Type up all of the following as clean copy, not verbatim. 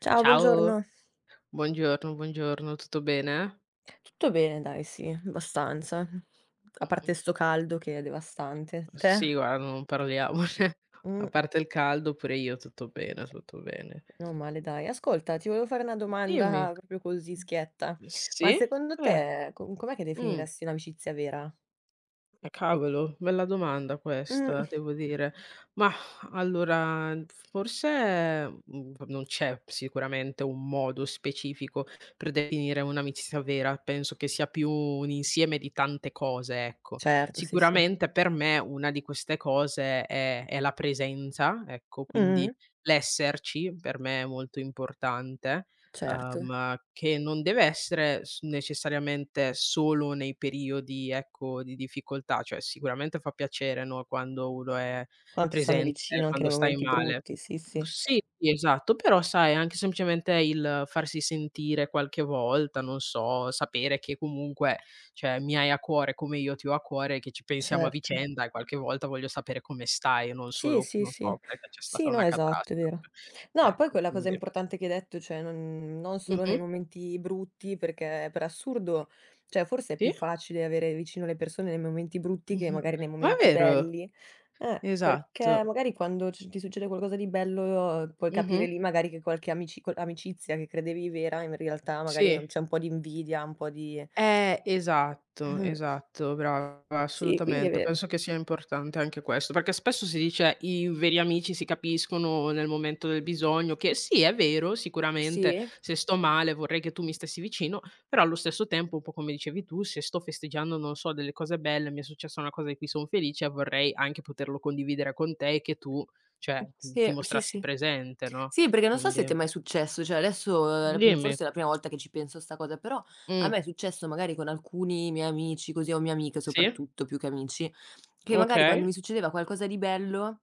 Ciao, Ciao, buongiorno. buongiorno, buongiorno, tutto bene? Tutto bene dai, sì, abbastanza. A parte sto caldo che è devastante. Sì, Te? guarda, non parliamone. A Mh, parte il caldo, pure io tutto bene, tutto bene. meno male dai. Ascolta, ti volevo fare una Dimmi. domanda proprio così schietta. Sì? Ma secondo Eh, te co com'è che mh. definiresti un'amicizia vera? Cavolo, bella domanda Mh, questa, devo dire. Mah, allora, forse, non c'è sicuramente un modo specifico per definire un'amicizia vera, penso che sia più un insieme di tante cose, ecco. certo, sì, sì. Sicuramente per me una di queste cose è la presenza, ecco, quindi Mh-mh, l'esserci per me è molto importante certo. Che non deve essere s necessariamente solo nei periodi, ecco, di difficoltà, cioè sicuramente fa piacere, no, quando uno è Quanti stanno presente, vicino anche quando nei stai momenti male. brutti, sì, sì, Sì, sì, esatto, però sai anche semplicemente il farsi sentire qualche volta, non so, sapere che comunque, cioè, mi hai a cuore come io ti ho a cuore, che ci pensiamo a certo. vicenda e qualche volta voglio sapere come stai e non Sì, solo, sì, non sì. so, perché c'è stata Sì, no, una esatto, è vero. catastrofe. No, poi Ecco, quella cosa quindi importante che hai detto, cioè non solo nei mh-mh, momenti brutti, perché per assurdo, cioè forse è più sì? facile avere vicino le persone nei momenti brutti che Mh-mh. magari nei Ma è momenti vero, belli. Perché esatto. magari quando c ti succede qualcosa di bello puoi Mh-mh. capire lì magari che qualche amicizia che credevi vera, in realtà magari Sì, c'è un po' di invidia, un po' di esatto, esatto, brava, sì, quindi è assolutamente. vero. Penso che sia importante anche questo, perché spesso si dice: "I veri amici si capiscono nel momento del bisogno", che sì, è vero, Sì, sicuramente, se sto male vorrei che tu mi stessi vicino, però allo stesso tempo, un po' come dicevi tu, se sto festeggiando, non so, delle cose belle, mi è successa una cosa di cui son felice, vorrei anche poterlo condividere con te e che tu, cioè, ti sì, sì, mostrassi sì. presente, no, Sì, perché non so se quindi. ti è mai successo, cioè adesso, Dimmi. forse è la prima volta che ci penso a 'sta cosa, però a Mh. me è successo magari con alcuni miei amici così, o mie amiche Sì, soprattutto, più che amici, che magari okay. quando mi succedeva qualcosa di bello,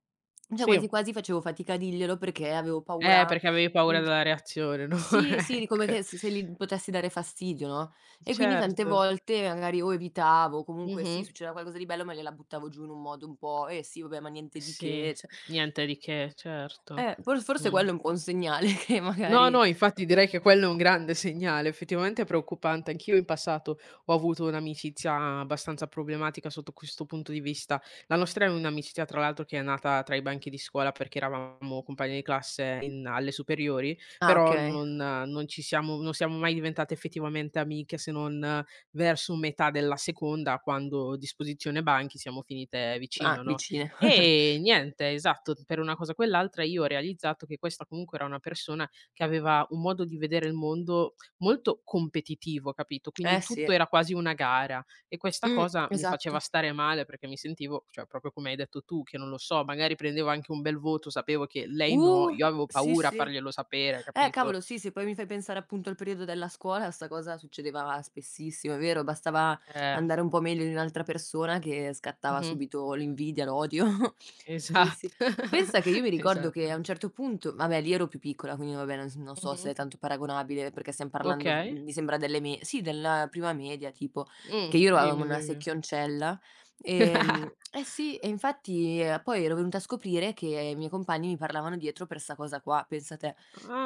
cioè quasi Sì. quasi facevo fatica a dirglielo perché avevo paura Perché avevi paura mhmm, della reazione, no, sì, sì, di come ecco. che se gli potessi dare fastidio, no, e quindi tante Certo. volte magari o evitavo o comunque Mh-mh. sì, succedeva qualcosa di bello, ma gliela buttavo giù in un modo un po': "Eh sì, vabbè, ma niente di Sì, che", cioè niente di che, certo. Forse Mh. quello è un buon segnale che No, magari no, infatti direi che quello è un grande segnale, effettivamente è preoccupante. Anch'io in passato ho avuto un'amicizia abbastanza problematica sotto questo punto di vista. La nostra è un'amicizia tra l'altro che è nata tra i banchi di scuola perché eravamo compagni di classe in alle superiori, ah però okay, non ci siamo non siamo mai diventate effettivamente amiche se non verso metà della seconda quando disposizione banchi siamo finite ah vicino, no. vicine. E niente, esatto, per una cosa o quell'altra io ho realizzato che questa comunque era una persona che aveva un modo di vedere il mondo molto competitivo, capito, quindi Eh tutto sì. era quasi una gara e questa Mh, cosa mi esatto. faceva stare male perché mi sentivo, cioè proprio come hai detto tu, che non lo so, magari prendevo anche un bel voto, sapevo che lei no, Uh, io avevo sì, paura a sì. farglielo sapere, capito? Cavolo sì, se poi mi fai pensare appunto al periodo della scuola, 'sta cosa succedeva spessissimo, è vero, bastava Eh, andare un po' meglio di un'altra persona che scattava mh-mh, subito l'invidia, l'odio. Sì, esatto, sì. Pensa che io mi ricordo che a esatto. un certo punto vabbè lì ero più piccola, quindi vabbè non so se Mh-mh, è tanto paragonabile perché stiam parlando, okay. Mi sembra delle me sì della prima media tipo, che io ero Dimmi, una dimmi. secchioncella, eh sì, e infatti poi ero venuta a scoprire che i miei compagni mi parlavano dietro per 'sta cosa qua, pensa te.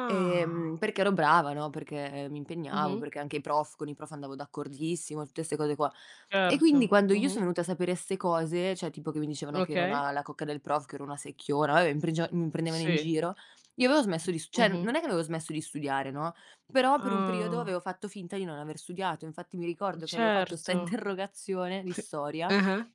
Perché ero brava, no, perché mi impegnavo, Mh-mh, perché anche i prof con i prof andavo d'accordissimo, tutte 'ste cose qua. E quindi certo. quando io Mh-mh, sono venuta a sapere 'ste cose, cioè tipo che mi dicevano che ero okay. una la cocca del prof, che ero una secchiona, vabbè mi prendevano in Sì. giro, io avevo smesso di s cioè Mh-mh. non è che avevo smesso di studiare, no, però per un periodo Ah. avevo fatto finta di non aver studiato. Infatti mi ricordo che avevo fatto 'sta Certo. interrogazione di storia Ah-ah.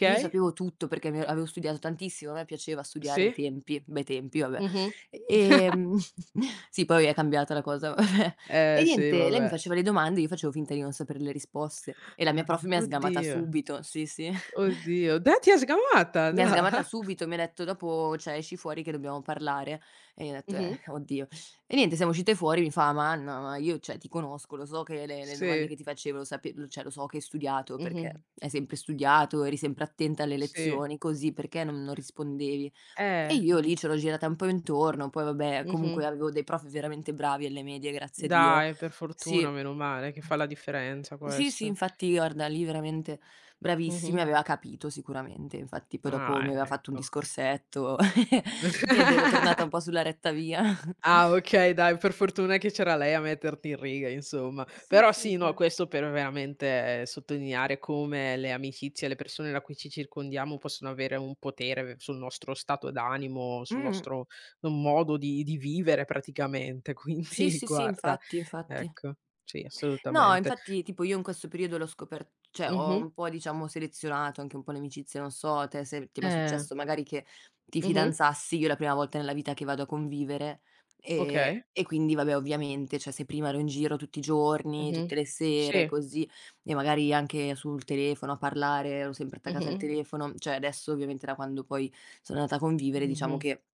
che io sapevo tutto perché mi avevo studiato tantissimo, a me piaceva studiare i sì. tempi, bei tempi, vabbè. Mh-mh. Ehm, sì, poi è cambiata la cosa, vabbè. Eh E sì, niente, lei mi vabbè. faceva le domande, io facevo finta di non sapere le risposte e la mia prof mi ha sgamata Oddio, subito, sì, sì. oddio. Dai ti ha sgamata, Mi ha da sgamata subito, mi ha detto: "Dopo cioè esci fuori che dobbiamo parlare". E io ho detto: Mh-mh. oddio". E niente, siamo uscite fuori, mi fa: "Ma Anna, ma io cioè ti conosco, lo so che le domande Sì. che ti facevo lo sape lo cioè lo so che hai studiato, Mh-mh. perché hai sempre studiato, eri sempre attenta alle Sì. lezioni, così perché non rispondevi?" E Eh. io lì c'ero girata un po' intorno, poi vabbè Mh-mh. comunque avevo dei prof veramente bravi alle medie, grazie a Dio. Dai, per Sì. fortuna, meno male, che fa la differenza Sì, sì, questo. infatti guarda lì veramente Mh-mh. bravissimi, aveva capito sicuramente, infatti poi dopo mi Ah, aveva fatto un ecco. discorsetto ed ero tornata un po' sulla retta via. Ah okay, dai, per fortuna che c'era lei a metterti in riga insomma. Sì, Però sì, sì, no, infa questo per veramente sottolineare come le amicizie, le persone da cui ci circondiamo possono avere un potere sul nostro stato d'animo, sul Mh. nostro modo di vivere praticamente. Sì, Quindi sì, sì, guarda, infatti, infatti. ecco, sì No, assolutamente. infatti tipo io in questo periodo l'ho scoper cioè ho Mh-mh. un po' diciamo selezionato anche un po' le amicizie, non so te se ti è mai Eh. successo magari che ti Mh-mh. fidanzassi, io è la prima volta nella vita che vado a convivere, Okay. e quindi vabbè ovviamente, cioè se prima ero in giro tutti i giorni, Mh-mh. tutte le Sì. sere così, e magari anche sul telefono a parlare, ero sempre attaccata Mh-mh. al telefono, cioè adesso ovviamente da quando poi sono andata a convivere diciamo Mh-mh. che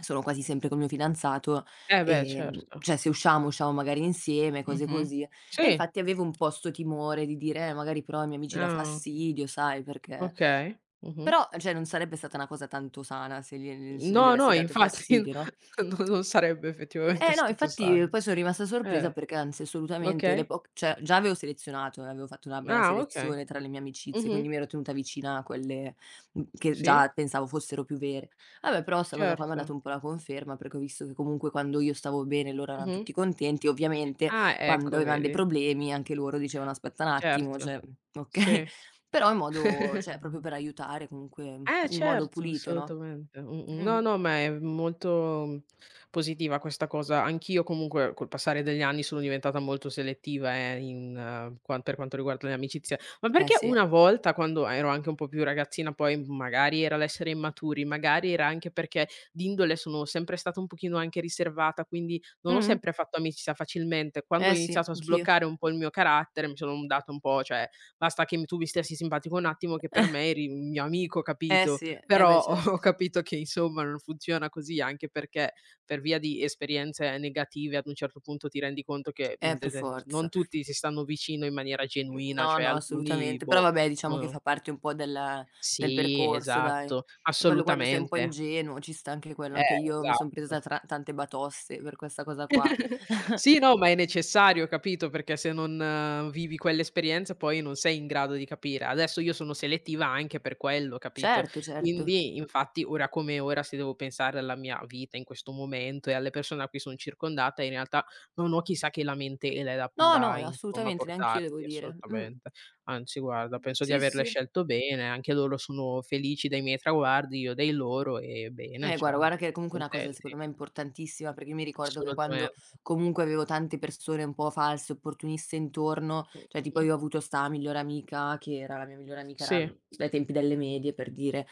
sono quasi sempre col mio fidanzato, Eh beh certo. cioè se usciamo, usciamo magari insieme, cose Mh-mh. così. E Sì. infatti avevo un po' 'sto timore di dire: magari però ai miei amici dà Ah. fastidio, sai, perché" Okay, mh-mh. però, cioè, non sarebbe stata una cosa tanto sana se gli No, avessi no, dato infatti fastidio, no? no non sarebbe effettivamente Eh no, stato infatti, sano. poi son rimasta sorpresa Eh, perché anzi assolutamente le okay. poc cioè già avevo selezionato, avevo fatto una bella Ah, okay. selezione tra le mie amicizie, Mh-mh. quindi mi ero tenuta vicina a quelle, che Sì, già pensavo fossero più vere. Vabbè, però 'sta cosa qua mi ha dato certo. un po' la conferma, perché ho visto che comunque quando io stavo bene loro eran Mh-mh. tutti contenti, ovviamente Ah, quando ecco avevan dei vedi. problemi anche loro dicevano: "Aspetta un attimo", Certo, cioè, okay, sì. però in modo cioè proprio per aiutare comunque Eh in modo certo, pulito, no? assolutamente. Mh-mh. No, Mh-mh. no, ma è molto, mhmm, positiva questa cosa. Anch'io comunque col passare degli anni sono diventata molto selettiva, in quan per quanto riguarda le amicizie. Ma Eh perché sì. una volta quando ero anche un po' più ragazzina, poi magari era l'essere immaturi, magari era anche perché d'indole sono sempre stata un pochino anche riservata, quindi non ho Mh-mh. sempre fatto amicizia facilmente. Quando ho Eh sì, iniziato a anch'io. sbloccare un po' il mio carattere mi sono un dato un po' cioè. Basta che m tu mi stessi simpatico un attimo che per me eri un mio amico, Eh capito? sì, eh Però beh ho certo, capito che insomma non funziona così, anche perché per via di esperienze negative ad un certo punto ti rendi conto che, mhmm, de per de non forza. tutti si stanno vicino in maniera Mhmm, genuina, no, cioè no, alcuni assolutamente. Però boh, vabbè diciamo che uhm fa parte un po' del sì, percorso dai. esatto, Quello quando sei un po' assolutamente. ingenuo ci sta anche quello, Eh, anche io mi son esatto. presa tra tante batoste per questa cosa qua. Sì, no, ma è necessario, capito, perché se non vivi quell'esperienza poi non sei in grado di capire. Adesso io sono selettiva anche per quello, capito, Certo, certo. quindi infatti ora come ora se devo pensare alla mia vita in questo momento e alle persone a cui son circondata, in realtà non ho chissà che lamentele da No, no, da insomma assolutamente, neanch'io devo portarti, dire. Mh. assolutamente. Anzi guarda, penso di Sì, averle sì. scelto bene, anche loro sono felici dei miei traguardi, io dei loro e bene, cioè Guarda guarda che è comunque una cosa secondo contenti. me importantissima, perché io mi ricordo che quando Assolutamente. comunque avevo tante persone un po' false, opportuniste intorno, cioè tipo Mh-mh. io ho avuto 'sta migliore amica che era la mia migliore amica era Sì, dai tempi delle medie per dire,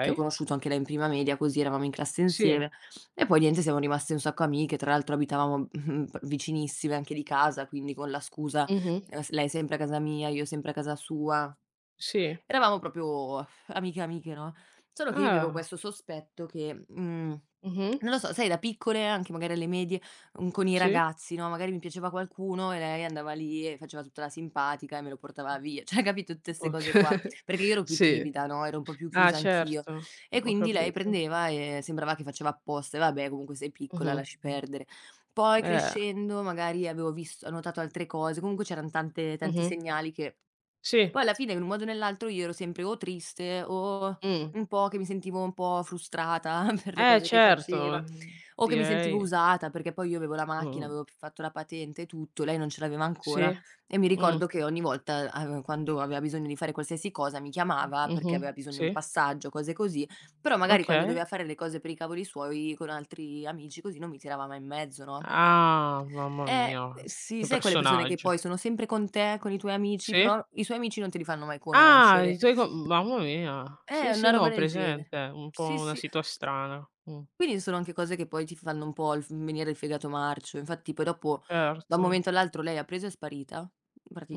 che ho conosciuto anche lei in prima media, così eravamo in classe Sì. insieme e poi niente siamo rimaste un sacco amiche, tra l'altro abitavamo, mhmm, p vicinissime anche di casa, quindi con la scusa, Mh-mh. S lei sempre a casa mia, io sempre a casa sua. Sì. Eravamo proprio amiche, amiche, no, solo che io avevo Ah. questo sospetto che, Mh-mh. non lo so, sai da piccole, anche magari alle medie, con i Sì, ragazzi, no, magari mi piaceva qualcuno e lei andava lì e faceva tutta la simpatica e me lo portava via, cioè capito, tutte 'ste oka cose qua, perché io ero più sì. timida, no, ero un po' più Ah, chiusa anch'io certo, e ho quindi lei capito. prendeva e sembrava che faceva apposta e vabbè comunque sei piccola, Mh-mh. lasci perdere. Poi Eh. crescendo magari avevo vis notato altre cose, comunque c'eran tante tanti Mh-mh. segnali che Sì. poi alla fine in un modo o nell'altro io ero sempre o triste o Mh. un po' che mi sentivo un po' frustrata per le cose che Certo, faceva, o che mi sentivo direi. usata perché poi io avevo la macchina, Mh. avevo p fatto la patente e tutto, lei non ce l'aveva Sì. ancora e mi Mh. ricordo che ogni volta, av quando aveva bisogno di fare qualsiasi cosa mi chiamava perché Mh-mh. aveva bisogno di Sì, un passaggio, cose così, però magari quando okay. doveva fare le cose per i cavoli suoi con altri amici così non mi tirava mai in mezzo, no? Ah, mamma mia, Sì, che sai quelle persone che poi personaggio. sono sempre con te, con i tuoi amici, Sì? però i suoi amici non te li fanno mai Ah, i conoscere. tuoi co mhmm, mamma mia. Sì, sì, Una no, ho roba del genere. presente. Un po' Sì, una sì. situa strana. Quindi sono anche cose che poi ti fanno un po' il f venire il fegato marcio. Infatti poi dopo, da un Certo. momento all'altro lei ha preso e è sparita,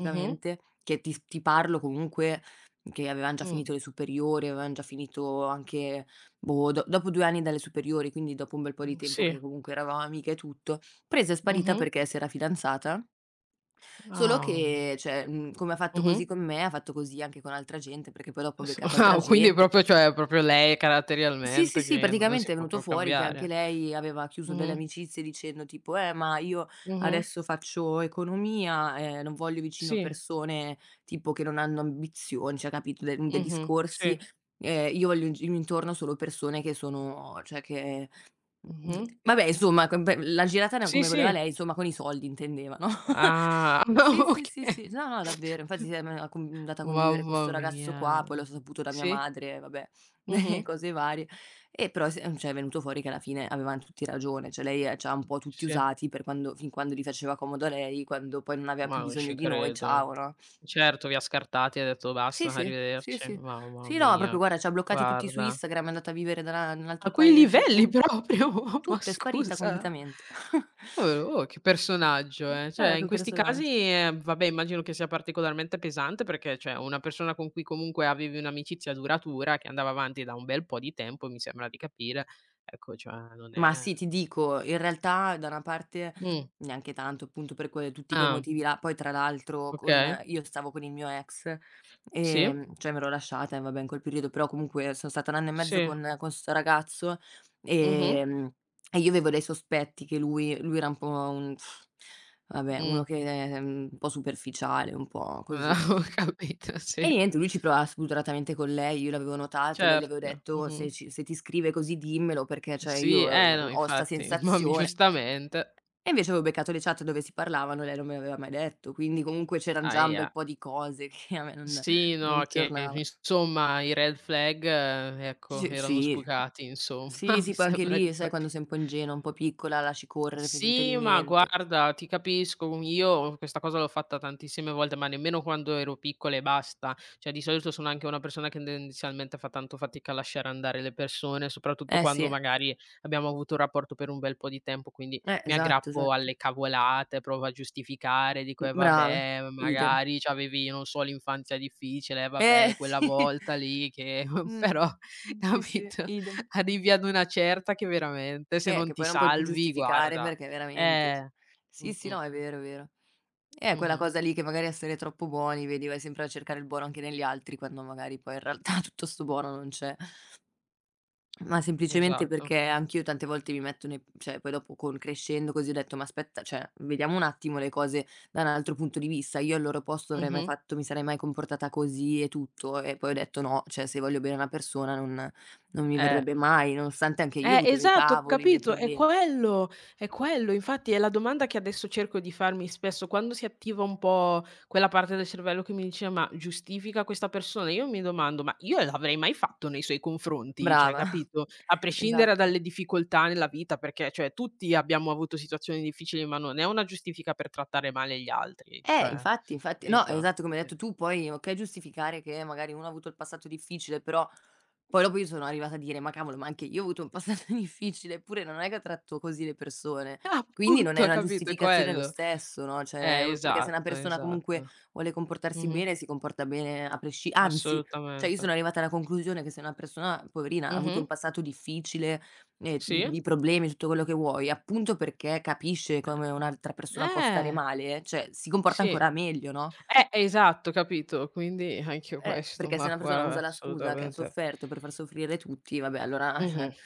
Mh-mh. che ti parlo comunque che avevan già Mh. finito le superiori, avevan già finito anche, boh, do dopo 2 anni dalle superiori, quindi dopo un bel po' di tempo Sì. che comunque eravamo amiche e tutto. Presa e sparita Mh-mh. perché si era fidanzata solo Ah. che cioè, come ha fatto Mh-mh. così con me, ha fatto così anche con altra gente, perché poi dopo ho S beccato altra ah, quindi gente. proprio cioè, è proprio lei Sì, sì, caratterialmente sì, che n non si praticamente è può venuto proprio fuori che anche cambiare. lei aveva chiuso delle Mh-mh. amicizie dicendo tipo: ma io Mh-mh. adesso faccio economia, non voglio vicino Sì. persone tipo che non hanno ambizioni", cioè capito, de dei Mh-mh. Sì. discorsi, io voglio in gi intorno solo persone che sono Mh-mh. vabbè insomma com pe la giratana Sì, come voleva sì. lei, insomma con i soldi intendeva, no. Ah, Sì, sì, sì, okay. sì. No, no, davvero. Infatti siam a con andata a convivere co' Mamma 'sto ragazzo mia. qua, poi l'ho saputo da mia Sì. madre, vabbè, Mh-mh. cose varie. E però s cioè è venuto fuori che alla fine avevan tutti ragione, cioè lei, c'ha un po' tutti Sì. usati per quando gli faceva comodo a lei, quando poi non aveva Ma più non bisogno ci di noi, ciao, credo. no. Certo, vi ha scartati e ha detto: Sì, "Basta, sì, sì, arrivederci." sì. Mamma Sì, no, mia, proprio guarda c'ha bloccati tutti su guarda. Instagram, è andata a vivere da in un A altro quei paese, livelli boh, proprio? Ma tutto, è sparita scusa. completamente. Oh, oh, che personaggio, eh. Cioè, in che questi casi, personaggio. Vabbè immagino che sia particolarmente pesante perché, cioè, una persona con cui comunque avevi un'amicizia duratura, che andava avanti da un bel po' di tempo, mi sembra di capire, ecco, cioè non Ma è. sì, ti dico, in realtà da una parte Mh, neanche tanto, appunto per que tutti quei ah, motivi là. Poi tra l'altro con okay. io stavo con il mio ex, Sì, cioè m'ero lasciata e vabbè in quel periodo, però comunque sono stata 1 anno e mezzo sì, con 'sto ragazzo, mh-mh, ehm, e io avevo dei sospetti che lui era un po' un vabbè, mh. Ehm, un po' superficiale, un po' Ah, così. ho capito, sì. E niente, lui ci provava spudoratamente con lei, io l'avevo notato, lei le avevo Certo, detto: "Oh, mh-mh. Se ti scrive così dimmelo perché, cioè, io, Sì, eh no, ho 'sta infatti, ma mi sensazione." giustamente. E invece avevo beccato le chat dove si parlavano e lei non me l'aveva mai detto, quindi comunque c'eran già un bel Ahia. po' di cose che a me non Sì, no, non che tornava. insomma i red flag, ecco, Sì, erano sì, sbucati insomma, sì, mi sì, poi anche sembra di lì sai quando sei capire. un po' ingenua, un po' piccola, lasci correre, fai finta di Sì, ma niente. guarda, ti capisco. Io questa cosa l'ho fatta tantissime volte, ma nemmeno quando ero piccola e basta. Cioè, di solito sono anche una persona che tendenzialmente fa tanto fatica a lasciare andare le persone, soprattutto Eh quando sì, magari abbiamo avuto un rapporto per un bel po' di tempo, quindi mi esatto, aggrappo esatto. alle cavolate, provo a giustificare, dico: Brava, vabbè, idem. magari c'avevi, non so, l'infanzia difficile, vabbè, quella sì, volta lì che" mh, però sì, sì, capito? idem. Arrivi ad una certa che veramente se non Che ti poi non puoi più salvi giustificare guarda perché veramente cioè eh. sì, sì, Mh-mh, no, è vero, è vero. Quella mh-mh, cosa lì che magari essere troppo buoni, vedi, vai sempre a cercare il buono anche negli altri, quando magari poi in realtà tutto 'sto buono non c'è. Ma semplicemente esatto. perché anch'io tante volte mi metto nei cioè poi dopo con crescendo così ho detto: "Ma aspetta, cioè vediamo un attimo le cose da un altro punto di vista. Io al loro posto avrei mai Mh-mh, fatto mi sarei mai comportata così e tutto." E poi ho detto: "No, cioè se voglio bene a una persona non mi eh. verrebbe mai." Nonostante anche io ho avuto i miei Esatto, ho cavoli, i miei capito, è problemi. quello, è quello. Infatti è la domanda che adesso cerco di farmi spesso, quando si attiva un po' quella parte del cervello che mi dice: "Ma giustifica questa persona?" Io mi domando: "Ma io l'avrei mai fatto nei suoi confronti?" Cioè, Brava. capito? A prescindere Esatto. dalle difficoltà nella vita, perché, cioè, tutti abbiamo avuto situazioni difficili, ma non è una giustifica per trattare male gli altri, cioè, Infatti, infatti. No, capito? esatto come hai Eh, detto tu, poi okay giustificare che magari uno ha avuto il passato difficile, però. Poi dopo io sono arrivata a dire: "Ma cavolo, ma anche io ho avuto un passato difficile, eppure non è che ho tratto così le persone." Quindi non è appunto, una capito, è giustificazione lo quello. stesso, no, cioè u perché se una Esatto, persona comunque esatto. vuole comportarsi Mh-mh, bene, si comporta bene a presci anzi, cioè io assolutamente. sono arrivata alla conclusione che se una persona, poverina, ha avuto Mh-mh. un passato difficile e, Sì. I problemi, tutto quello che vuoi, appunto perché capisce come un'altra persona può stare Eh. male, cioè si comporta Sì. ancora meglio, no? Esatto, capito. Quindi anch'io questo, Perché se ma una persona guarda usa la scusa che ha assolutamente. sofferto per far soffrire tutti, vabbè allora cioè, Mh-mh.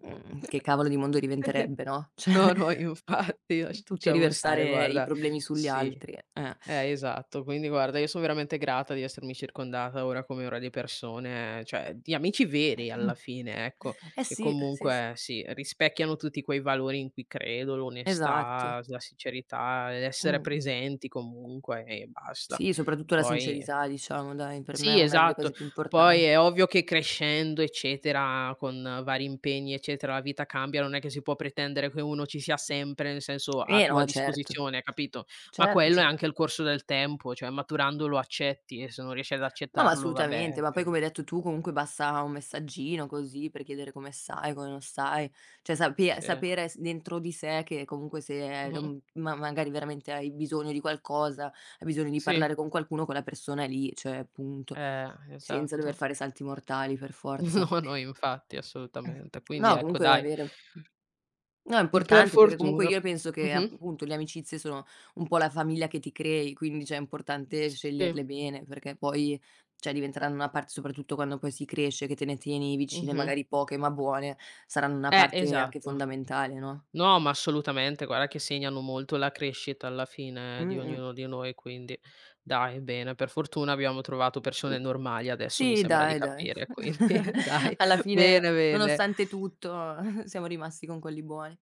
che cavolo di mondo diventerebbe, no, cioè No, no, infatti tutti a lasciamo stare, riversare i guarda. problemi sugli Sì. altri, eh. Esatto. Quindi guarda, io son veramente grata di essermi circondata ora come ora di persone cioè di amici veri alla fine, ecco, Eh che sì, sì, sì, comunque sì, rispecchiano tutti quei valori in cui credo, esatto. l'onestà, la sincerità, l'essere Mh. presenti comunque e basta. Sì, soprattutto la Poi sincerità diciamo dai, per me è sì, una delle esatto. cose più Poi importanti. è ovvio che crescendo, eccetera, con vari impegni, eccetera, la vita cambia, non è che si può pretendere che uno ci sia sempre, nel senso, a Eh tua no, certo. disposizione, capito? Ma Certo, quello è cer anche il corso del tempo, cioè maturando lo accetti e se non riesci ad No, ma accettarlo, vabbè, assolutamente, ma poi come più hai detto tu comunque basta un messaggino così per chiedere come stai, come non stai, cioè sape sì. sapere s dentro di sé che comunque se, Mh-mh. Ma magari veramente hai bisogno di qualcosa, hai bisogno di Sì, parlare con qualcuno, quella persona è lì, cioè punto, senza dover esatto. fare salti mortali per forza. No, no, infatti, assolutamente. Quindi No, ecco, comunque è dai. vero. No, è Per importante perché comunque fortuna. io penso che Mh-mh. appunto le amicizie sono un po' la famiglia che ti crei, quindi cioè è importante Sì, sceglierle bene perché poi cioè diventeranno una parte soprattutto quando poi si cresce, che te ne tieni vicine, mh-mh. magari poche ma buone, saranno una parte anche Esatto. fondamentale, no. No, ma assolutamente, guarda che segnano molto la crescita alla fine di Mh-mh. ognuno di noi, quindi dai, bene, per fortuna abbiamo trovato Mh. persone normali adesso, mi Sì, sembra di dai, dai. capire, quindi dai, Alla fine bene, bene. nonostante tutto siamo rimasti con quelli buoni.